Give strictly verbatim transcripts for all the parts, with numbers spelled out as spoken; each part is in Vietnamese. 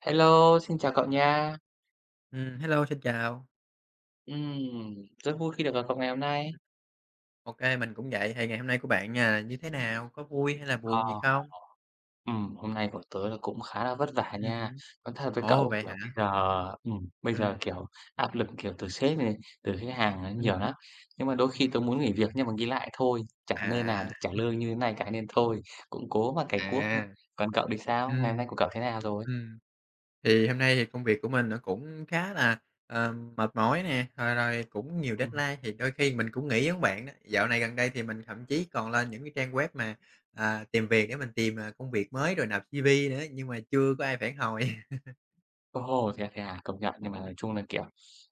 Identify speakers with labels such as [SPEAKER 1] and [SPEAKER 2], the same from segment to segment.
[SPEAKER 1] Hello, xin chào cậu nha.
[SPEAKER 2] Ừm, hello, xin chào.
[SPEAKER 1] Ừm, Rất vui khi được gặp cậu ngày hôm nay.
[SPEAKER 2] OK, mình cũng vậy. Thì ngày hôm nay của bạn nha, như thế nào? Có vui hay là
[SPEAKER 1] Ờ,
[SPEAKER 2] buồn gì không?
[SPEAKER 1] ừm, Hôm nay của tớ là cũng khá là vất vả
[SPEAKER 2] Ừm
[SPEAKER 1] nha.
[SPEAKER 2] hứm.
[SPEAKER 1] Nói thật với
[SPEAKER 2] Ồ,
[SPEAKER 1] cậu,
[SPEAKER 2] vậy
[SPEAKER 1] kiểu,
[SPEAKER 2] hả?
[SPEAKER 1] bây giờ ừm, bây giờ,
[SPEAKER 2] Ừm,
[SPEAKER 1] kiểu, áp lực, kiểu, từ sếp này, từ khách hàng nó
[SPEAKER 2] ừm
[SPEAKER 1] nhiều lắm.
[SPEAKER 2] hứm.
[SPEAKER 1] Nhưng mà đôi khi tớ muốn nghỉ việc nhưng mà nghĩ lại thôi, chẳng nơi nào
[SPEAKER 2] À,
[SPEAKER 1] được trả lương như thế này cả nên thôi, cũng cố mà cày cuốc thôi.
[SPEAKER 2] à,
[SPEAKER 1] Còn cậu thì sao? Ngày hôm nay
[SPEAKER 2] ừm,
[SPEAKER 1] của cậu thế nào rồi?
[SPEAKER 2] ừm. Thì hôm nay thì công việc của mình nó cũng khá là, ờ, mệt mỏi nè, rồi rồi cũng nhiều
[SPEAKER 1] Ừm.
[SPEAKER 2] deadline thì đôi khi mình cũng nghĩ giống bạn đó. Dạo này gần đây thì mình thậm chí còn lên những cái trang web mà, à, tìm việc để mình tìm, à, công việc mới rồi nộp xê vê nữa, nhưng mà chưa có ai phản hồi.
[SPEAKER 1] Ồ, thế à, thế à, công nhận. Nhưng mà
[SPEAKER 2] Ừm,
[SPEAKER 1] nói chung là, kiểu,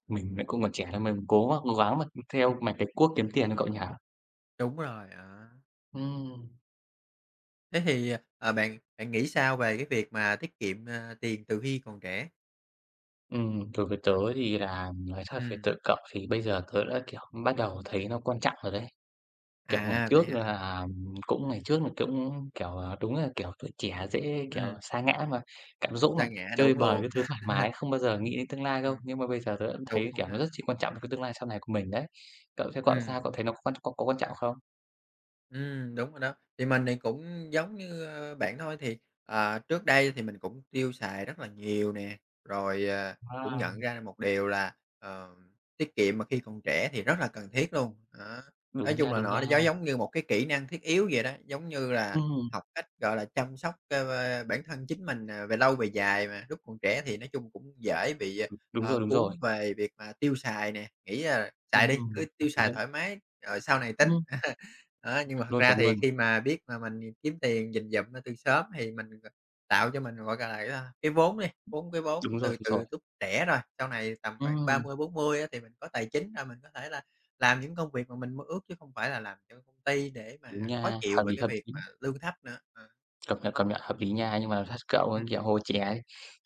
[SPEAKER 1] mình lại cũng còn trẻ thôi, mình cố mà cố gắng mà theo mạch cày cuốc kiếm tiền thôi cậu nhỉ?
[SPEAKER 2] đúng rồi, đó.
[SPEAKER 1] Ừm,
[SPEAKER 2] Thế thì, ờ, bạn bạn nghĩ sao về cái việc mà tiết kiệm, ờ, tiền từ khi còn trẻ?
[SPEAKER 1] ừm, Đối với tớ thì là nói thật với tớ
[SPEAKER 2] Ừm.
[SPEAKER 1] cậu thì bây giờ tớ đã, kiểu, bắt đầu thấy nó quan trọng rồi đấy. Kiểu, ngày
[SPEAKER 2] À, vậy
[SPEAKER 1] trước
[SPEAKER 2] hả?
[SPEAKER 1] là cũng ngày trước là cũng, kiểu, ờ, đúng là, kiểu, tuổi trẻ dễ, kiểu,
[SPEAKER 2] Ừm.
[SPEAKER 1] sa ngã mà, cám dỗ mà,
[SPEAKER 2] Sa ngã,
[SPEAKER 1] chơi
[SPEAKER 2] đúng
[SPEAKER 1] bời
[SPEAKER 2] luôn.
[SPEAKER 1] cái thứ thoải mái, không bao giờ nghĩ đến tương lai đâu.
[SPEAKER 2] Ừm.
[SPEAKER 1] Nhưng mà bây giờ tớ cũng
[SPEAKER 2] Đúng
[SPEAKER 1] thấy,
[SPEAKER 2] luôn
[SPEAKER 1] kiểu, nó
[SPEAKER 2] ha.
[SPEAKER 1] rất chi quan trọng cho cái tương lai sau này của mình đấy. Cậu thế cậu sao?
[SPEAKER 2] Ừm.
[SPEAKER 1] Cậu thấy nó có quan có có quan trọng không?
[SPEAKER 2] Ừm, đúng rồi đó. Thì mình thì cũng giống như, ơ, bạn thôi, thì, ờ, trước đây thì mình cũng tiêu xài rất là nhiều nè, rồi, ờ, cũng
[SPEAKER 1] À,
[SPEAKER 2] nhận ra một điều là, ờ, tiết kiệm mà khi còn trẻ thì rất là cần thiết luôn, đó. Nói
[SPEAKER 1] đúng
[SPEAKER 2] chung
[SPEAKER 1] nha,
[SPEAKER 2] là
[SPEAKER 1] đúng nha.
[SPEAKER 2] nó giống giống như một cái kỹ năng thiết yếu vậy đó, giống như là
[SPEAKER 1] Ừm,
[SPEAKER 2] học cách, gọi là, chăm sóc, ơ, bản thân chính mình, à, về lâu về dài mà. Lúc còn trẻ thì nói chung cũng dễ bị,
[SPEAKER 1] đúng
[SPEAKER 2] ờ,
[SPEAKER 1] rồi, đúng
[SPEAKER 2] cuốn
[SPEAKER 1] rồi.
[SPEAKER 2] về việc mà tiêu xài nè, nghĩ là xài đi, cứ
[SPEAKER 1] Ừm,
[SPEAKER 2] tiêu
[SPEAKER 1] hợp
[SPEAKER 2] xài
[SPEAKER 1] lý.
[SPEAKER 2] thoải mái rồi sau này tính.
[SPEAKER 1] Ừm,
[SPEAKER 2] Đó, nhưng mà
[SPEAKER 1] chuẩn
[SPEAKER 2] thật
[SPEAKER 1] luôn,
[SPEAKER 2] ra
[SPEAKER 1] chuẩn
[SPEAKER 2] thì
[SPEAKER 1] luôn.
[SPEAKER 2] khi mà biết mà mình kiếm tiền dình giụm nó từ sớm thì mình, ờ, tạo cho mình, gọi là, cái, a, cái vốn đi, vốn cái vốn
[SPEAKER 1] Đúng rồi,
[SPEAKER 2] từ
[SPEAKER 1] đúng
[SPEAKER 2] từ
[SPEAKER 1] rồi.
[SPEAKER 2] lúc trẻ rồi, sau này tầm khoảng
[SPEAKER 1] Ừm.
[SPEAKER 2] ba mươi, bốn mươi á thì mình có tài chính ra mình có thể là làm những công việc mà mình mơ ước chứ không phải là làm cho công ty để mà
[SPEAKER 1] Đúng
[SPEAKER 2] khó
[SPEAKER 1] nha,
[SPEAKER 2] chịu
[SPEAKER 1] hợp
[SPEAKER 2] về
[SPEAKER 1] lý,
[SPEAKER 2] cái
[SPEAKER 1] hợp
[SPEAKER 2] việc
[SPEAKER 1] lý,
[SPEAKER 2] mà lương thấp nữa. Ờ,
[SPEAKER 1] công nhận, công nhận, hợp lý nha. Nhưng mà thật cậu ấy, kiểu,
[SPEAKER 2] ừm,
[SPEAKER 1] hồi trẻ ấy,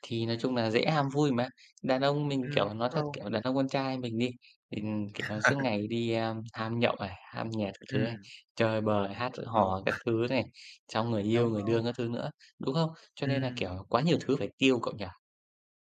[SPEAKER 1] thì nói chung là dễ ham vui mà. Đàn ông mình,
[SPEAKER 2] ừm, đúng
[SPEAKER 1] kiểu, nói thật,
[SPEAKER 2] luôn.
[SPEAKER 1] kiểu, đàn ông con trai mình đi, thì, kiểu là, suốt ngày đi, a, ham nhậu này, ham nhẹt các thứ này,
[SPEAKER 2] Ừm,
[SPEAKER 1] chơi bời, hát
[SPEAKER 2] đúng luôn,
[SPEAKER 1] hò các thứ này, xong người yêu,
[SPEAKER 2] đúng
[SPEAKER 1] người
[SPEAKER 2] luôn,
[SPEAKER 1] đương các thứ nữa, đúng không? Cho nên là,
[SPEAKER 2] ừm.
[SPEAKER 1] kiểu, quá nhiều thứ phải tiêu cậu nhỉ?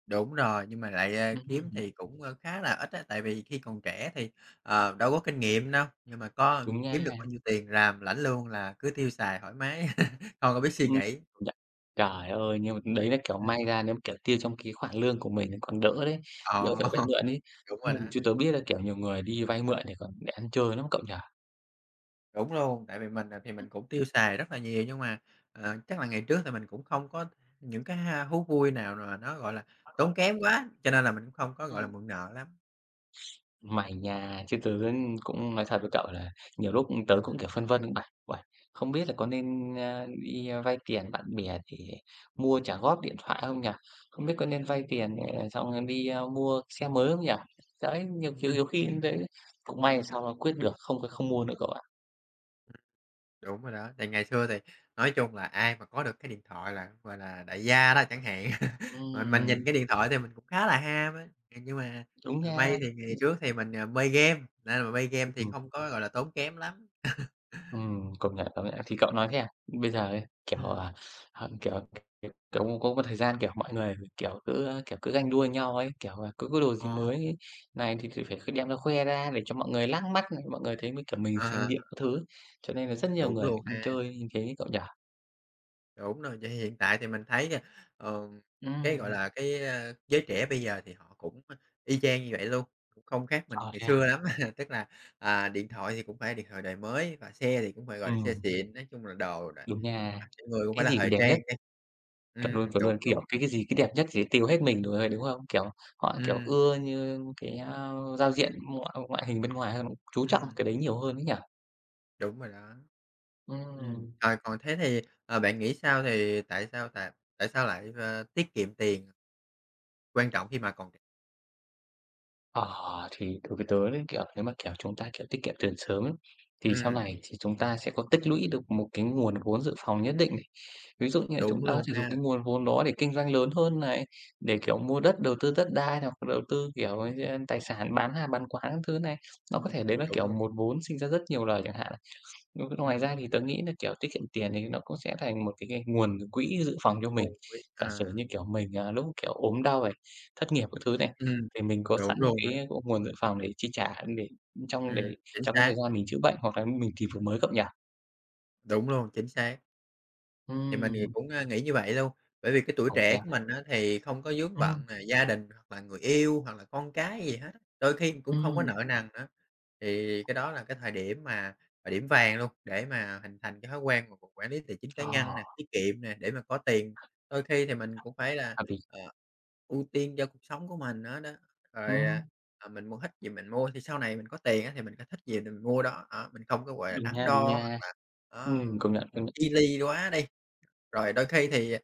[SPEAKER 2] Đúng rồi, nhưng mà lại, ờ, kiếm
[SPEAKER 1] Ừm,
[SPEAKER 2] thì cũng, ơ, khá là ít á, tại vì khi còn trẻ thì, ờ, đâu có kinh nghiệm đâu, nhưng mà có
[SPEAKER 1] đúng
[SPEAKER 2] kiếm được
[SPEAKER 1] nha.
[SPEAKER 2] bao nhiêu tiền làm lãnh luôn là cứ tiêu xài thoải mái, không có biết suy
[SPEAKER 1] Ừm,
[SPEAKER 2] nghĩ.
[SPEAKER 1] công nhận. Trời ơi, nhưng mà đấy là, kiểu,
[SPEAKER 2] Ừm,
[SPEAKER 1] may ra nếu mà, kiểu, tiêu trong cái khoản lương của mình thì còn đỡ đấy,
[SPEAKER 2] ờ,
[SPEAKER 1] đỡ phải vay mượn ấy.
[SPEAKER 2] đúng rồi
[SPEAKER 1] Ừm,
[SPEAKER 2] đó,
[SPEAKER 1] chứ tớ biết là, kiểu, nhiều người đi vay mượn thì còn để ăn chơi lắm cậu nhỉ?
[SPEAKER 2] đúng luôn, tại vì mình, à, thì mình
[SPEAKER 1] Ừm.
[SPEAKER 2] cũng tiêu xài rất là nhiều nhưng mà, ờ, chắc là ngày trước thì mình cũng không có những cái ha thú vui nào mà nó, gọi là, tốn kém quá, cho nên là mình cũng không có, gọi là,
[SPEAKER 1] Ừm.
[SPEAKER 2] mượn nợ lắm.
[SPEAKER 1] May nhà chứ tớ cũng nói thật với cậu là nhiều lúc tớ cũng, kiểu, phân vân ấy bạn. Uầy, không biết là có nên, a, đi vay tiền bạn bè để mua trả góp điện thoại không nhỉ? Không biết có nên vay tiền để xong rồi đi, a, mua xe mới không nhỉ? Đấy, nhiều khi nhiều khi đấy cũng may làm sao mà quyết được, không có không mua nữa cậu ạ.
[SPEAKER 2] Đúng rồi đó, thì ngày xưa thì nói chung là ai mà có được cái điện thoại là, gọi là, đại gia đó chẳng hạn. Mà mình nhìn
[SPEAKER 1] Ừm,
[SPEAKER 2] cái điện thoại thì mình cũng khá là ham á, à, nhưng mà,
[SPEAKER 1] đúng
[SPEAKER 2] ờ, may
[SPEAKER 1] nha.
[SPEAKER 2] thì ngày trước thì mình, à, mê game, nên là mình mê game thì không có, gọi là, tốn kém lắm.
[SPEAKER 1] Ừm, công nhận, công nhận. Thì cậu nói thế à? Bây giờ ấy, kiểu,
[SPEAKER 2] Ừm,
[SPEAKER 1] à, h kiểu, kiểu, cũng có một thời gian, kiểu, mọi người, kiểu, cứ, kiểu, cứ ganh đua nhau ấy, kiểu là cứ có đồ gì
[SPEAKER 2] ờ,
[SPEAKER 1] mới này thì thì phải cứ đem ra khoe ra để cho mọi người lác mắt này, mọi người thấy mới, kiểu, mình sành
[SPEAKER 2] à
[SPEAKER 1] điệu các thứ. Cho nên là rất nhiều
[SPEAKER 2] đúng
[SPEAKER 1] người
[SPEAKER 2] luôn
[SPEAKER 1] ăn
[SPEAKER 2] ha.
[SPEAKER 1] chơi như thế cậu nhỉ?
[SPEAKER 2] Đúng rồi, vậy hiện tại thì mình thấy nha, ờ, cái, gọi
[SPEAKER 1] Ừm,
[SPEAKER 2] là, cái, a, giới trẻ bây giờ thì họ cũng y chang như vậy luôn, cũng không khác mình
[SPEAKER 1] ờ,
[SPEAKER 2] ngày
[SPEAKER 1] thế à?
[SPEAKER 2] xưa lắm. Tức là, à, điện thoại thì cũng phải điện thoại đời mới và xe thì cũng phải, gọi là, xe
[SPEAKER 1] Ừm,
[SPEAKER 2] xịn, nói chung là đồ đạc
[SPEAKER 1] đúng nha.
[SPEAKER 2] người cũng phải
[SPEAKER 1] Cái
[SPEAKER 2] là
[SPEAKER 1] gì
[SPEAKER 2] thời
[SPEAKER 1] đẹp
[SPEAKER 2] trang
[SPEAKER 1] nhất?
[SPEAKER 2] đi.
[SPEAKER 1] Chuẩn luôn,
[SPEAKER 2] Ừm,
[SPEAKER 1] chuẩn
[SPEAKER 2] đúng
[SPEAKER 1] luôn, kiểu,
[SPEAKER 2] luôn.
[SPEAKER 1] cái cái gì, cái đẹp nhất thì tiêu hết mình rồi, đúng không? Kiểu, họ, kiểu,
[SPEAKER 2] Ừm,
[SPEAKER 1] ưa như cái, a, giao diện ngoại ngoại hình bên ngoài chú trọng
[SPEAKER 2] ừm,
[SPEAKER 1] cái đấy nhiều hơn ấy nhỉ?
[SPEAKER 2] đúng rồi đó. Ừm,
[SPEAKER 1] Ừm.
[SPEAKER 2] rồi còn thế thì, ờ, bạn nghĩ sao thì tại sao tại tại sao lại, ờ, tiết kiệm tiền quan trọng khi mà còn trẻ?
[SPEAKER 1] Ờ, thì đối với tớ đấy, kiểu, nếu mà, kiểu, chúng ta, kiểu, tiết kiệm tiền sớm ấy, thì sau
[SPEAKER 2] Ừm,
[SPEAKER 1] này thì chúng ta sẽ có tích lũy được một cái nguồn vốn dự phòng nhất định này. Ví dụ như là chúng
[SPEAKER 2] đúng
[SPEAKER 1] ta có
[SPEAKER 2] luôn
[SPEAKER 1] thể dùng
[SPEAKER 2] ha.
[SPEAKER 1] cái nguồn vốn đó để kinh doanh lớn hơn này, để, kiểu, mua đất, đầu tư đất đai hoặc đầu tư, kiểu, ơ, tài sản, bán hàng, bán quán các thứ này. Nó có
[SPEAKER 2] Ừm,
[SPEAKER 1] thể đấy là,
[SPEAKER 2] đúng
[SPEAKER 1] kiểu,
[SPEAKER 2] luôn.
[SPEAKER 1] một vốn sinh ra rất nhiều lời chẳng hạn. Đúng, ngoài
[SPEAKER 2] Ừm.
[SPEAKER 1] ra thì tớ nghĩ là, kiểu, tiết kiệm tiền thì nó cũng sẽ thành một cái cái nguồn quỹ dự phòng cho mình.
[SPEAKER 2] Ôi,
[SPEAKER 1] Giả
[SPEAKER 2] à,
[SPEAKER 1] sử như, kiểu, mình, à, lúc, kiểu, ốm đau này, thất nghiệp các thứ này,
[SPEAKER 2] ừm,
[SPEAKER 1] thì mình có sẵn
[SPEAKER 2] đúng
[SPEAKER 1] một
[SPEAKER 2] luôn á,
[SPEAKER 1] cái nguồn dự phòng để chi trả để trong
[SPEAKER 2] ừm,
[SPEAKER 1] để
[SPEAKER 2] chính
[SPEAKER 1] trong cái thời
[SPEAKER 2] xác,
[SPEAKER 1] gian mình chữa bệnh hoặc là mình tìm việc mới cậu nhỉ?
[SPEAKER 2] đúng luôn, chính xác. Thì mình thì
[SPEAKER 1] Ừm,
[SPEAKER 2] cũng, a, nghĩ như vậy luôn, bởi vì cái tuổi
[SPEAKER 1] ồ, thế
[SPEAKER 2] trẻ của
[SPEAKER 1] à?
[SPEAKER 2] mình á thì không có vướng bận
[SPEAKER 1] Ừm,
[SPEAKER 2] là gia đình hoặc là người yêu hoặc là con cái gì hết á, đôi khi cũng không có
[SPEAKER 1] ừm,
[SPEAKER 2] nợ nần nữa. Thì cái đó là cái thời điểm mà thời điểm vàng luôn để mà hình thành cái thói quen mà mình quản lý tài chính cá nhân
[SPEAKER 1] ờ,
[SPEAKER 2] nè, tiết kiệm nè, để mà có tiền. Đôi khi thì mình cũng phải là,
[SPEAKER 1] Hợp lý.
[SPEAKER 2] ờ, ưu tiên cho cuộc sống của mình nữa đó, rồi, à,
[SPEAKER 1] Ừm,
[SPEAKER 2] à, mình muốn thích gì mình mua thì sau này mình có tiền á thì mình có thích gì thì mình mua đó, đó, mình không có, gọi là,
[SPEAKER 1] đúng
[SPEAKER 2] đắn
[SPEAKER 1] nha,
[SPEAKER 2] đo
[SPEAKER 1] đúng
[SPEAKER 2] hoặc
[SPEAKER 1] nha.
[SPEAKER 2] là, ờ,
[SPEAKER 1] Ừm, công nhận, công nhận.
[SPEAKER 2] chi li quá đi. Rồi đôi khi thì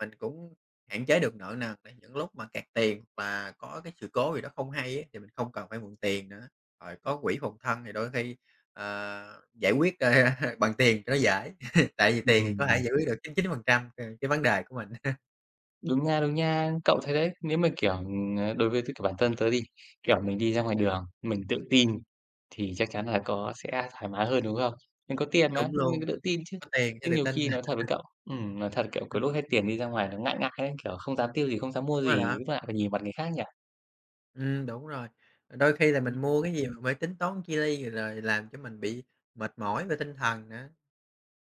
[SPEAKER 2] mình cũng hạn chế được nợ nần tại những lúc mà kẹt tiền và có cái sự cố gì đó không hay ấy, thì mình không cần phải mượn tiền nữa. Rồi có quỹ phòng thân thì đôi khi, ờ, giải quyết, ơ, bằng tiền cho nó dễ, tại vì tiền thì có thể
[SPEAKER 1] Ừm.
[SPEAKER 2] giải quyết được chín mươi chín phần trăm c cái cái vấn đề của mình.
[SPEAKER 1] Đúng nha, đúng nha. Cậu thấy đấy, nếu mà, kiểu, ờ, đối với cả bản thân tớ đi, kiểu, mình đi ra ngoài đường, mình tự tin thì chắc chắn là có sẽ thoải mái hơn, đúng không? Mình có tiền
[SPEAKER 2] Đúng
[SPEAKER 1] mà, mình
[SPEAKER 2] luôn,
[SPEAKER 1] tự tin chứ.
[SPEAKER 2] có tiền cho
[SPEAKER 1] Nhưng
[SPEAKER 2] tự
[SPEAKER 1] nhiều
[SPEAKER 2] tin.
[SPEAKER 1] khi nói thật với cậu, ừm, nói thật, kiểu, cái lúc
[SPEAKER 2] Ừm,
[SPEAKER 1] hết tiền đi ra ngoài nó ngại ngại ấy, kiểu, không dám tiêu gì, không dám mua
[SPEAKER 2] đúng rồi
[SPEAKER 1] gì,
[SPEAKER 2] đó,
[SPEAKER 1] lúc nào phải nhìn mặt người khác nhỉ?
[SPEAKER 2] ừm, đúng rồi. Đôi khi là mình
[SPEAKER 1] Ừm.
[SPEAKER 2] mua cái gì mà phải tính toán chi ly rồi rồi làm cho mình bị mệt mỏi về tinh thần nữa.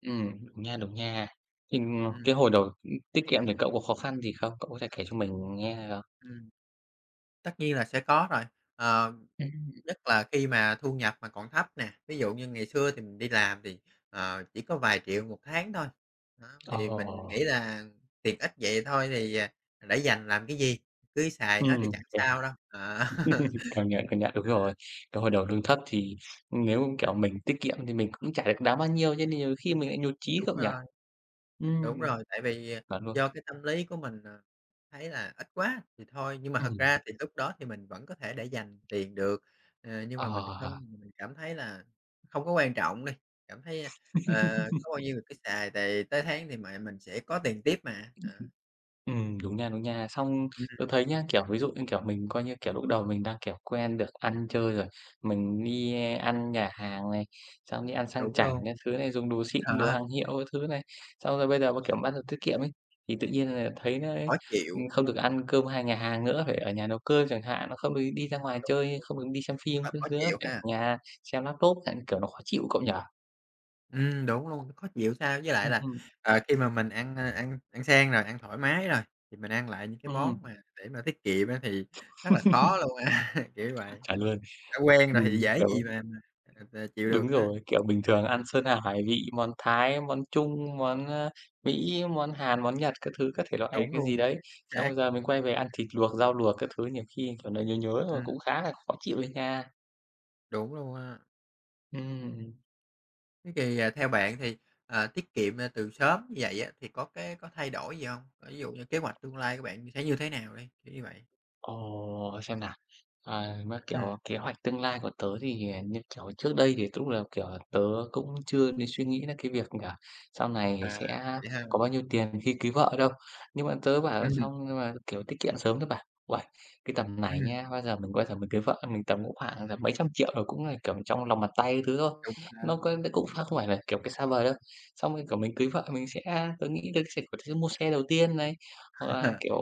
[SPEAKER 1] Ừm, đúng nha, đúng nha. Thì,
[SPEAKER 2] Ừm,
[SPEAKER 1] cái hồi đầu, ưm, tiết kiệm thì cậu có khó khăn gì không? Cậu có thể kể cho mình nghe được không?
[SPEAKER 2] ừm, tất nhiên là sẽ có rồi. Ờ.
[SPEAKER 1] Ừm,
[SPEAKER 2] Nhất là khi mà thu nhập mà còn thấp nè, ví dụ như ngày xưa thì mình đi làm thì, ờ, chỉ có vài triệu một tháng thôi, đó,
[SPEAKER 1] ồ.
[SPEAKER 2] thì mình nghĩ là tiền ít vậy thôi thì, à, để dành làm cái gì, cứ xài hết thì
[SPEAKER 1] Ừm,
[SPEAKER 2] chẳng sao đâu. Ờ,
[SPEAKER 1] Công nhận, công nhận, đúng rồi. Cái hồi đầu lương thấp thì nếu, kiểu, mình tiết kiệm thì mình cũng chả được đáng bao nhiêu, cho nên nhiều khi mình lại nhụt chí
[SPEAKER 2] đúng
[SPEAKER 1] cậu nhỉ?
[SPEAKER 2] rồi.
[SPEAKER 1] Ừm,
[SPEAKER 2] Đúng rồi, tại vì, à,
[SPEAKER 1] chuẩn luôn.
[SPEAKER 2] do cái tâm lý của mình, à, thấy là ít quá thì thôi, nhưng mà thật
[SPEAKER 1] Ừm,
[SPEAKER 2] ra thì lúc đó thì mình vẫn có thể để dành tiền được, ờ, nhưng mà mình
[SPEAKER 1] ờ.
[SPEAKER 2] không mình cảm thấy là không có quan trọng đi, cảm thấy, à, ờ, có bao nhiêu thì cứ xài, tại tới tháng thì mà mình sẽ có tiền tiếp mà. Ờ,
[SPEAKER 1] Ừm, đúng nha, đúng nha. Xong
[SPEAKER 2] ừm,
[SPEAKER 1] tớ thấy nhá, kiểu, ví dụ như, kiểu, mình coi như, kiểu, lúc đầu mình đang, kiểu, quen được ăn chơi rồi, mình đi ăn nhà hàng này, xong đi ăn
[SPEAKER 2] đúng
[SPEAKER 1] sang chảnh
[SPEAKER 2] luôn,
[SPEAKER 1] các thứ này, dùng đồ xịn, đồ
[SPEAKER 2] đó,
[SPEAKER 1] hàng hiệu các thứ này. Xong rồi bây giờ mà, kiểu, bắt đầu tiết kiệm ấy, thì tự nhiên là thấy nó ấy,
[SPEAKER 2] khó
[SPEAKER 1] ừm,
[SPEAKER 2] chịu,
[SPEAKER 1] không được ăn cơm hai nhà hàng nữa, phải ở nhà nấu cơm chẳng hạn, nó không được đi ra ngoài
[SPEAKER 2] đúng
[SPEAKER 1] chơi,
[SPEAKER 2] luôn,
[SPEAKER 1] không được đi xem phim
[SPEAKER 2] khó
[SPEAKER 1] các
[SPEAKER 2] khó
[SPEAKER 1] thứ nữa,
[SPEAKER 2] chịu
[SPEAKER 1] phải
[SPEAKER 2] ha.
[SPEAKER 1] ở nhà xem laptop, thành kiểu, nó khó chịu cậu nhỉ?
[SPEAKER 2] Ừm, đúng luôn, khó chịu sao. Với lại
[SPEAKER 1] Ừm
[SPEAKER 2] là,
[SPEAKER 1] hưm,
[SPEAKER 2] ờ, khi mà mình ăn, ơ, ăn ăn sang rồi, ăn thoải mái rồi, thì mình ăn lại những cái
[SPEAKER 1] ừm.
[SPEAKER 2] món mà để mà tiết kiệm á thì rất
[SPEAKER 1] Chuẩn
[SPEAKER 2] là khó luôn á, kiểu vậy.
[SPEAKER 1] luôn.
[SPEAKER 2] Đã quen rồi thì
[SPEAKER 1] Ừm,
[SPEAKER 2] dễ
[SPEAKER 1] kiểu
[SPEAKER 2] gì mà mà, ờ, ờ, chịu
[SPEAKER 1] Đúng
[SPEAKER 2] được á.
[SPEAKER 1] rồi, kiểu, bình thường ăn sơn hào hải vị, món Thái, món Trung, món, ơ, Mỹ, món Hàn, món Nhật các thứ, các thể loại
[SPEAKER 2] Đúng
[SPEAKER 1] cái gì đấy.
[SPEAKER 2] luôn, chính
[SPEAKER 1] Xong
[SPEAKER 2] xác.
[SPEAKER 1] bây giờ mình quay về ăn thịt luộc, rau luộc các thứ, nhiều khi, kiểu, nó nhớ nhớ rồi
[SPEAKER 2] Ừm,
[SPEAKER 1] cũng khá là khó chịu đấy nha.
[SPEAKER 2] đúng luôn á.
[SPEAKER 1] Ừm.
[SPEAKER 2] Thế thì, à, theo bạn thì, ờ, tiết kiệm, ơ, từ sớm như vậy á thì có cái có thay đổi gì hông? Ờ, ví dụ như kế hoạch tương lai của bạn sẽ như thế nào đi, kiểu như vậy?
[SPEAKER 1] Ồ, xem nào. À, mà,
[SPEAKER 2] Ừm,
[SPEAKER 1] kiểu, kế hoạch tương lai của tớ thì, à, như kiểu, trước đây thì lúc nào, kiểu, tớ cũng chưa đến suy nghĩ là cái việc là sau này
[SPEAKER 2] à,
[SPEAKER 1] sẽ
[SPEAKER 2] vậy ha.
[SPEAKER 1] có bao nhiêu tiền khi cưới vợ đâu. Nhưng mà tớ bảo
[SPEAKER 2] Ừm,
[SPEAKER 1] xong nhưng mà, kiểu, tiết kiệm sớm tớ bảo: "Uầy, cái tầm này
[SPEAKER 2] ừm,
[SPEAKER 1] nha, bao giờ mình bao giờ mình cưới vợ mình tầm cũng khoảng là mấy trăm triệu rồi cũng là, kiểu, trong lòng bàn tay thứ thôi."
[SPEAKER 2] đúng rồi đó.
[SPEAKER 1] Nó có nó cũng không phải là, kiểu, cái xa vời đâu. Xong rồi, kiểu, mình cưới vợ mình sẽ tớ nghĩ được sẽ có thể mua xe đầu tiên này, hoặc là, kiểu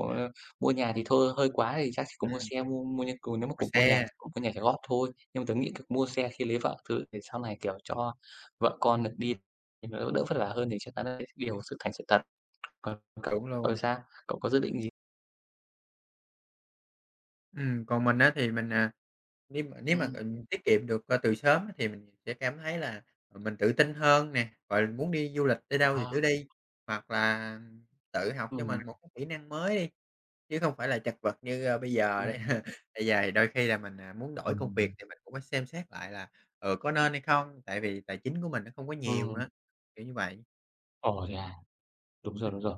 [SPEAKER 1] Mua nhà thì thôi hơi quá thì chắc chỉ có mua
[SPEAKER 2] Ừm,
[SPEAKER 1] xe, mua mua như ừ, nếu mà
[SPEAKER 2] mua
[SPEAKER 1] cục mua nhà
[SPEAKER 2] xe.
[SPEAKER 1] thì cũng mua nhà trả góp thôi. Nhưng mà tớ nghĩ việc mua xe khi lấy vợ thứ để sau này, kiểu, cho vợ con được đi thì nó đỡ vất vả hơn thì chắc chắn là điều sự thành sự thật. Còn cậu
[SPEAKER 2] Đúng
[SPEAKER 1] cậu thì
[SPEAKER 2] luôn.
[SPEAKER 1] sao? Cậu có dự định gì?
[SPEAKER 2] Ừm, còn mình á thì mình, à, nếu mà nếu mà,
[SPEAKER 1] Ừm,
[SPEAKER 2] ừm, tiết kiệm được, ơ, từ sớm á thì mình sẽ cảm thấy là, ờ, mình tự tin hơn nè, rồi muốn đi du lịch đi đâu thì
[SPEAKER 1] à,
[SPEAKER 2] cứ đi, hoặc là tự học cho
[SPEAKER 1] ừm,
[SPEAKER 2] mình một cái kỹ năng mới đi, chứ không phải là chật vật như, ơ, bây giờ đây.
[SPEAKER 1] ừm,
[SPEAKER 2] Bây giờ thì đôi khi là mình, à, muốn đổi công việc
[SPEAKER 1] ừm,
[SPEAKER 2] thì mình cũng phải xem xét lại là, ừ, có nên hay không, tại vì tài chính của mình nó không có nhiều
[SPEAKER 1] ừm.
[SPEAKER 2] nữa, kiểu như vậy.
[SPEAKER 1] Ồ, thế à? Đúng rồi,
[SPEAKER 2] Ừm,
[SPEAKER 1] đúng rồi.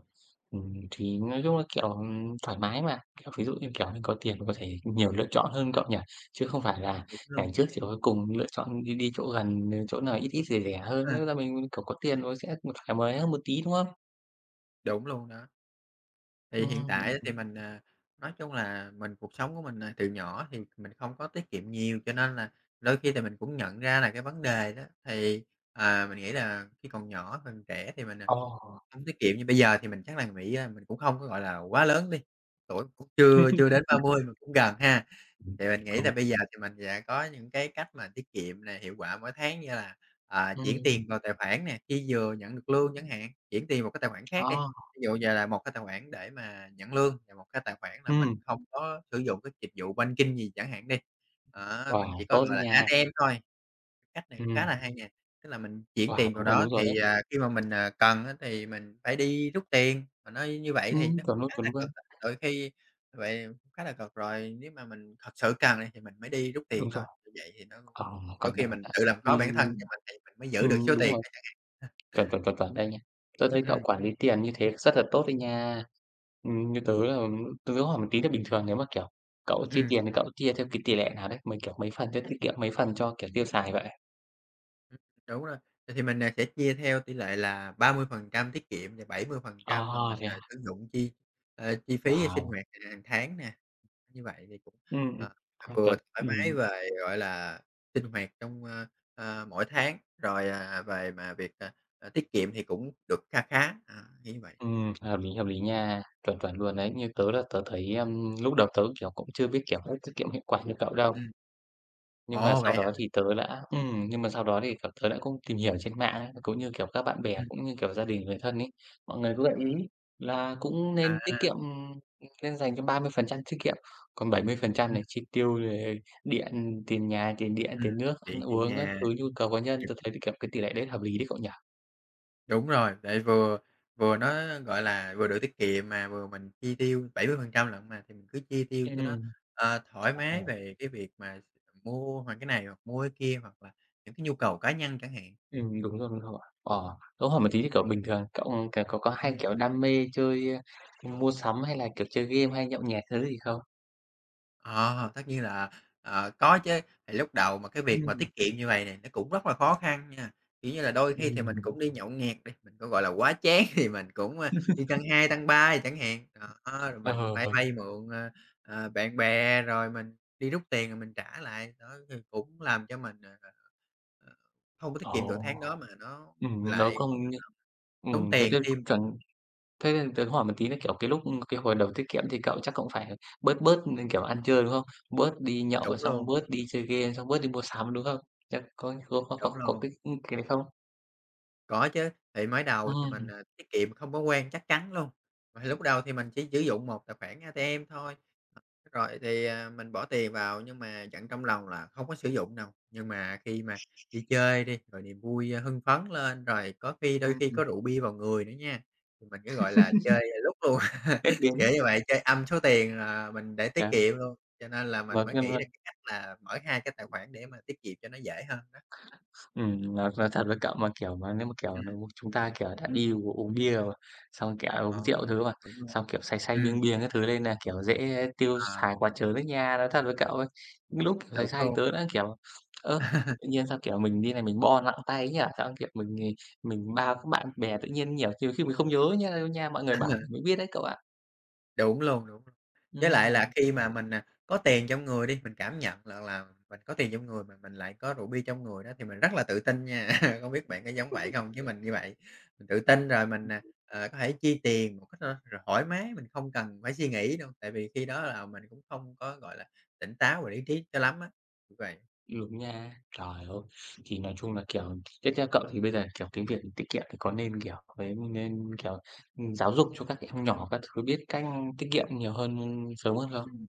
[SPEAKER 1] Ừm, thì nói chung là, kiểu, ừm, thoải mái mà, kiểu, ví dụ như, kiểu, mình có tiền có thể nhiều lựa chọn hơn cậu nhỉ? Chứ không phải là
[SPEAKER 2] đúng
[SPEAKER 1] ngày
[SPEAKER 2] luôn,
[SPEAKER 1] trước chỉ có cùng lựa chọn đi đi chỗ gần, ờ, chỗ nào ít ít, rẻ rẻ hơn,
[SPEAKER 2] ha,
[SPEAKER 1] bây giờ mình, kiểu, có tiền rồi sẽ thoải mái hơn một tí, đúng không?
[SPEAKER 2] đúng luôn đó. Thì hiện
[SPEAKER 1] Ừm,
[SPEAKER 2] tại á thì mình, à, nói chung là mình cuộc sống của mình, à, từ nhỏ thì mình không có tiết kiệm nhiều, cho nên là đôi khi thì mình cũng nhận ra là cái vấn đề đó. Thì, à, mình nghĩ là khi còn nhỏ, còn trẻ thì mình, à,
[SPEAKER 1] ồ.
[SPEAKER 2] không tiết kiệm như bây giờ thì mình chắc là mình nghĩ, a, mình cũng không có, gọi là, quá lớn đi, tuổi cũng chưa chưa đến
[SPEAKER 1] Ừm,
[SPEAKER 2] ba mươi mà cũng gần ha.
[SPEAKER 1] ừm,
[SPEAKER 2] Thì mình nghĩ
[SPEAKER 1] công
[SPEAKER 2] là bây
[SPEAKER 1] nhận.
[SPEAKER 2] giờ thì mình sẽ có những cái cách mà tiết kiệm nè, hiệu quả mỗi tháng như là, à, chuyển
[SPEAKER 1] Ừm,
[SPEAKER 2] tiền vào tài khoản nè, khi vừa nhận được lương chẳng hạn, chuyển tiền vào cái tài khoản khác đi.
[SPEAKER 1] à,
[SPEAKER 2] Ví dụ giờ là một cái tài khoản để mà nhận lương và một cái tài khoản là mình
[SPEAKER 1] ừm,
[SPEAKER 2] không có sử dụng cái dịch vụ banking gì chẳng hạn đi. Đó, mình
[SPEAKER 1] wow,
[SPEAKER 2] chỉ có,
[SPEAKER 1] tốt
[SPEAKER 2] gọi
[SPEAKER 1] đấy
[SPEAKER 2] là,
[SPEAKER 1] nha.
[SPEAKER 2] a tê em thôi. Cách này cũng khá
[SPEAKER 1] Ừm,
[SPEAKER 2] là hay nè, tức là mình chuyển
[SPEAKER 1] wow,
[SPEAKER 2] tiền vào
[SPEAKER 1] đúng rồi,
[SPEAKER 2] đó
[SPEAKER 1] đúng rồi đấy.
[SPEAKER 2] thì, à, khi mà mình, à, cần á thì mình phải đi rút tiền, mà nó như vậy thì
[SPEAKER 1] Ừm,
[SPEAKER 2] nó
[SPEAKER 1] chuẩn luôn,
[SPEAKER 2] khá
[SPEAKER 1] chuẩn
[SPEAKER 2] là
[SPEAKER 1] luôn.
[SPEAKER 2] cực á, đôi khi vậy khá là cực rồi, nếu mà mình thật sự cần đi thì mình mới đi rút tiền
[SPEAKER 1] Đúng
[SPEAKER 2] thôi,
[SPEAKER 1] rồi,
[SPEAKER 2] như vậy thì nó
[SPEAKER 1] ờ,
[SPEAKER 2] đôi
[SPEAKER 1] công
[SPEAKER 2] khi
[SPEAKER 1] nhận
[SPEAKER 2] mình
[SPEAKER 1] đấy.
[SPEAKER 2] tự làm khó
[SPEAKER 1] Thì
[SPEAKER 2] bản thân cho mình thì mình mới giữ được
[SPEAKER 1] ừm,
[SPEAKER 2] số
[SPEAKER 1] đúng
[SPEAKER 2] tiền
[SPEAKER 1] rồi.
[SPEAKER 2] đó chẳng hạn.
[SPEAKER 1] Chuẩn, chuẩn, chuẩn, chuẩn, đây nha. Tớ thấy cậu
[SPEAKER 2] Ừm,
[SPEAKER 1] quản lý tiền như thế rất là tốt đấy nha. Ừm, như tớ là Tớ hỏi một tí là bình thường nếu mà, kiểu, cậu chia
[SPEAKER 2] ừm,
[SPEAKER 1] tiền thì cậu chia theo cái tỷ lệ nào đấy? Mấy, kiểu, mấy phần cho tiết kiệm, mấy phần cho, kiểu, tiêu xài vậy?
[SPEAKER 2] ừm, đúng rồi, vậy thì mình, à, sẽ chia theo tỷ lệ là ba mươi phần trăm tiết kiệm và bảy mươi phần
[SPEAKER 1] À,
[SPEAKER 2] trăm mà mình,
[SPEAKER 1] thế
[SPEAKER 2] à,
[SPEAKER 1] à?
[SPEAKER 2] sử dụng chi, ờ, chi phí sinh
[SPEAKER 1] Wow!
[SPEAKER 2] hoạt hàng tháng nè. Như vậy thì cũng,
[SPEAKER 1] Ừm, ừm,
[SPEAKER 2] ờ,
[SPEAKER 1] ờ, tớ
[SPEAKER 2] vừa thoải mái
[SPEAKER 1] ừm,
[SPEAKER 2] về, gọi là, sinh hoạt trong, ơ, ờ, mỗi tháng, rồi, à, về mà việc, à, à, tiết kiệm thì cũng được kha khá, à, như vậy.
[SPEAKER 1] ừm, Hợp lý, hợp lý nha. Chuẩn, chuẩn luôn đấy. Như tớ là tớ thấy, ưm, lúc đầu tớ, kiểu, cũng chưa biết, kiểu, cách tiết kiệm hiệu quả như cậu đâu.
[SPEAKER 2] Ừm,
[SPEAKER 1] Nhưng mà
[SPEAKER 2] ồ, vậy
[SPEAKER 1] sau
[SPEAKER 2] hả?
[SPEAKER 1] đó thì tớ đã ừm, nhưng mà sau đó thì, kiểu, tớ đã cũng tìm hiểu trên mạng ấy, cũng như, kiểu, các bạn bè,
[SPEAKER 2] Ừm,
[SPEAKER 1] cũng như, kiểu, gia đình, người thân ấy, mọi người có gợi ý là cũng
[SPEAKER 2] à,
[SPEAKER 1] nên tiết kiệm, nên dành cho ba mươi phần trăm tiết kiệm, còn bảy mươi phần trăm
[SPEAKER 2] ừm,
[SPEAKER 1] này chi tiêu rồi điện, tiền nhà, tiền điện,
[SPEAKER 2] ừm,
[SPEAKER 1] tiền nước,
[SPEAKER 2] điện
[SPEAKER 1] ăn
[SPEAKER 2] điện
[SPEAKER 1] uống các
[SPEAKER 2] nhà,
[SPEAKER 1] thứ nhu cầu cá nhân. Tớ thấy, kiểu, cái tỷ lệ đấy hợp lý đấy cậu nhỉ?
[SPEAKER 2] đúng rồi, để vừa vừa nó, gọi là, vừa được tiết kiệm mà vừa mình chi tiêu bảy mươi phần trăm lận mà, thì mình cứ chi tiêu cho nó,
[SPEAKER 1] Ừm,
[SPEAKER 2] ờ, thoải
[SPEAKER 1] ồ,
[SPEAKER 2] mái về cái việc mà mua hoặc cái này hoặc mua cái kia, hoặc là những cái nhu cầu cá nhân chẳng hạn.
[SPEAKER 1] ừm, đúng rồi, đúng rồi. Ờ, tớ hỏi một tí thì, kiểu, bình thường cậu, kiểu, cậu có hay,
[SPEAKER 2] Ừm.
[SPEAKER 1] kiểu, đam mê chơi, ơ, mua sắm hay là, kiểu, chơi game hay nhậu nhẹt thứ gì không?
[SPEAKER 2] Ờ, tất nhiên là, ờ, có chứ. Thì lúc đầu mà cái việc mà
[SPEAKER 1] Ừm.
[SPEAKER 2] tiết kiệm như vậy này nó cũng rất là khó khăn nha. Kiểu như là, đôi khi thì mình
[SPEAKER 1] Ừm,
[SPEAKER 2] cũng đi nhậu nhẹt đi, mình cũng, gọi là, quá chén thì mình cũng, a, đi tăng hai tăng ba gì chẳng hạn. Đó, rồi mình cũng
[SPEAKER 1] ờ,
[SPEAKER 2] phải
[SPEAKER 1] vâng,
[SPEAKER 2] vay mượn, ờ, ờ, bạn bè, rồi mình đi rút tiền rồi mình trả lại. Đó, thì cũng làm cho mình, ờ, ờ, hông có tiết kiệm được
[SPEAKER 1] ồ,
[SPEAKER 2] tháng đó mà nó
[SPEAKER 1] ừm, nó
[SPEAKER 2] lại
[SPEAKER 1] không như
[SPEAKER 2] tốn
[SPEAKER 1] ừm, thế
[SPEAKER 2] tiền
[SPEAKER 1] thế
[SPEAKER 2] thêm nữa.
[SPEAKER 1] chuẩn thế nên tớ hỏi một tí là, kiểu, cái lúc cái hồi đầu tiết kiệm thì cậu chắc cũng phải bớt bớt, nên kiểu, ăn chơi, đúng không? Bớt đi nhậu,
[SPEAKER 2] Đúng
[SPEAKER 1] xong
[SPEAKER 2] luôn,
[SPEAKER 1] bớt đi chơi game, xong bớt đi mua sắm, đúng không? Chắc có có có
[SPEAKER 2] đúng
[SPEAKER 1] có có
[SPEAKER 2] luôn.
[SPEAKER 1] cái cái đấy không?
[SPEAKER 2] Có chứ, thì mới đầu thì mình,
[SPEAKER 1] Ừm,
[SPEAKER 2] à, tiết kiệm không có quen chắc chắn luôn, mà lúc đầu thì mình chỉ sử dụng một tài khoản a tê em thôi, ờ, rồi thì, à, mình bỏ tiền vào nhưng mà dặn trong lòng là không có sử dụng đâu. Nhưng mà khi mà đi chơi đi, rồi niềm vui, a, hưng phấn lên, rồi có khi đôi
[SPEAKER 1] ừm,
[SPEAKER 2] khi
[SPEAKER 1] ừm,
[SPEAKER 2] có rượu bia vào người nữa nha, thì mình cứ, gọi là, chơi lúc luôn,
[SPEAKER 1] Tết đến
[SPEAKER 2] kiểu như vậy, chơi âm số tiền là mình để tiết
[SPEAKER 1] chả
[SPEAKER 2] kiệm luôn, cho nên là mình mới nghĩ ra cái cách là mở hai cái tài khoản để mà tiết kiệm cho nó dễ hơn đó.
[SPEAKER 1] Ừm, nói nói thật với cậu mà, kiểu, mà nếu mà, kiểu,
[SPEAKER 2] Ừm,
[SPEAKER 1] nếu chúng ta, kiểu, đã đi u uống bia mà, xong, kiểu,
[SPEAKER 2] ờ,
[SPEAKER 1] uống rượu thứ mà,
[SPEAKER 2] đúng rồi,
[SPEAKER 1] xong, kiểu, say say
[SPEAKER 2] ừm,
[SPEAKER 1] biếng biếng cái thứ lên là kiểu, dễ tiêu
[SPEAKER 2] ờ.
[SPEAKER 1] xài quá chớ đấy nha. Nói thật với cậu ấy, những lúc, kiểu, say
[SPEAKER 2] Đúng
[SPEAKER 1] say
[SPEAKER 2] luôn,
[SPEAKER 1] tớ đã, kiểu, ơ, tự nhiên sao, kiểu, mình đi này mình bo nặng tay ấy nhỉ? Xong, kiểu, mình, ờ, mình bao các bạn bè tự nhiên, nhiều khi khi mình không nhớ nha nha, mọi người bảo mình mới biết đấy cậu ạ.
[SPEAKER 2] đúng luôn, đúng luôn. Với lại là
[SPEAKER 1] Ừm.
[SPEAKER 2] khi mà mình, à, có tiền trong người đi, mình cảm nhận là là mình có tiền trong người mà mình lại có rượu bia trong người đó thì mình rất là tự tin nha. Không biết bạn có giống vậy không? Chứ mình như vậy, mình tự tin rồi mình, à, ờ, có thể chi tiền một cách, ơ, r thoải mái, mình không cần phải suy nghĩ đâu, tại vì khi đó là mình cũng không có, gọi là, tỉnh táo và lý trí cho lắm á, kiểu vậy.
[SPEAKER 1] Đúng nha. Trời ơi! Thì nói chung là, kiểu, tiếp theo cậu thì bây giờ, kiểu, cái việc tiết kiệm thì có nên, kiểu, với nên, kiểu, giáo dục cho các em nhỏ các thứ biết cách tiết kiệm nhiều hơn sớm hơn không?
[SPEAKER 2] Ừm.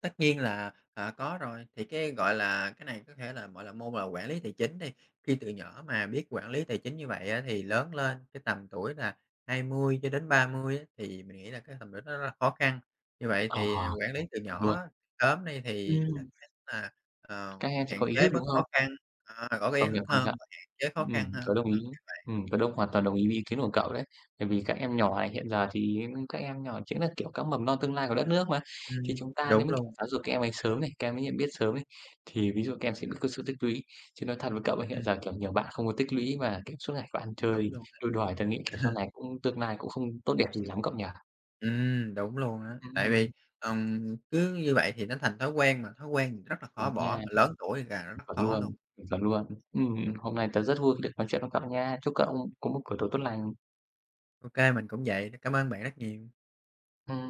[SPEAKER 2] Tất nhiên là, à, có rồi, thì cái, gọi là, cái này có thể là, gọi là, môn là quản lý tài chính đi, khi từ nhỏ mà biết quản lý tài chính như vậy á, thì lớn lên cái tầm tuổi là hai mươi cho đến ba mươi á, thì mình nghĩ là cái tầm tuổi đó rất là khó khăn. Như vậy
[SPEAKER 1] Ờ,
[SPEAKER 2] thì à, quản lý từ
[SPEAKER 1] chuẩn
[SPEAKER 2] nhỏ
[SPEAKER 1] luôn.
[SPEAKER 2] á, sớm đi thì chắc
[SPEAKER 1] Ừm,
[SPEAKER 2] chắn là, ờ,
[SPEAKER 1] các em sẽ
[SPEAKER 2] hạn
[SPEAKER 1] có ý thức,
[SPEAKER 2] chế bớt
[SPEAKER 1] đúng không?
[SPEAKER 2] khó khăn, ờ, rõ
[SPEAKER 1] Còn
[SPEAKER 2] ràng
[SPEAKER 1] việc còn
[SPEAKER 2] hơn và hạn chế khó khăn
[SPEAKER 1] Ừm,
[SPEAKER 2] hơn,
[SPEAKER 1] tớ đồng
[SPEAKER 2] kiểu
[SPEAKER 1] ý.
[SPEAKER 2] như vậy.
[SPEAKER 1] Ừm, tớ đồng hoàn
[SPEAKER 2] Ừm,
[SPEAKER 1] toàn đồng ý với ý kiến của cậu đấy. Bởi vì các em nhỏ này hiện giờ thì các em nhỏ chính là, kiểu, các mầm non tương lai của đất nước mà, thì chúng ta nếu
[SPEAKER 2] đúng
[SPEAKER 1] mà, kiểu,
[SPEAKER 2] luôn,
[SPEAKER 1] giáo dục các em ấy sớm này, các em ấy nhận biết sớm ấy, thì ví dụ các em sẽ biết có sự tích lũy. Chứ nói thật với cậu ấy, hiện
[SPEAKER 2] ừm,
[SPEAKER 1] giờ, kiểu, nhiều bạn không có tích lũy mà, kiểu, suốt ngày cứ ăn
[SPEAKER 2] đúng
[SPEAKER 1] chơi,
[SPEAKER 2] luôn.
[SPEAKER 1] đua đòi, tớ nghĩ, kiểu, sau này cũng tương lai cũng không tốt đẹp gì lắm cậu nhỉ?
[SPEAKER 2] Ừm, đúng luôn á, tại vì,
[SPEAKER 1] Ừm,
[SPEAKER 2] ừm, cứ như vậy thì nó thành thói quen mà thói quen thì rất là khó
[SPEAKER 1] đúng
[SPEAKER 2] bỏ,
[SPEAKER 1] nha,
[SPEAKER 2] mà lớn tuổi là
[SPEAKER 1] chuẩn
[SPEAKER 2] rất
[SPEAKER 1] chuẩn
[SPEAKER 2] khó luôn.
[SPEAKER 1] luôn, chuẩn chuẩn luôn. Ừm, hôm nay tớ rất vui khi được nói chuyện với cậu nha. Chúc cậu có một buổi tối tốt lành.
[SPEAKER 2] Ô kê, mình cũng vậy, cảm ơn bạn rất nhiều.
[SPEAKER 1] Ừm.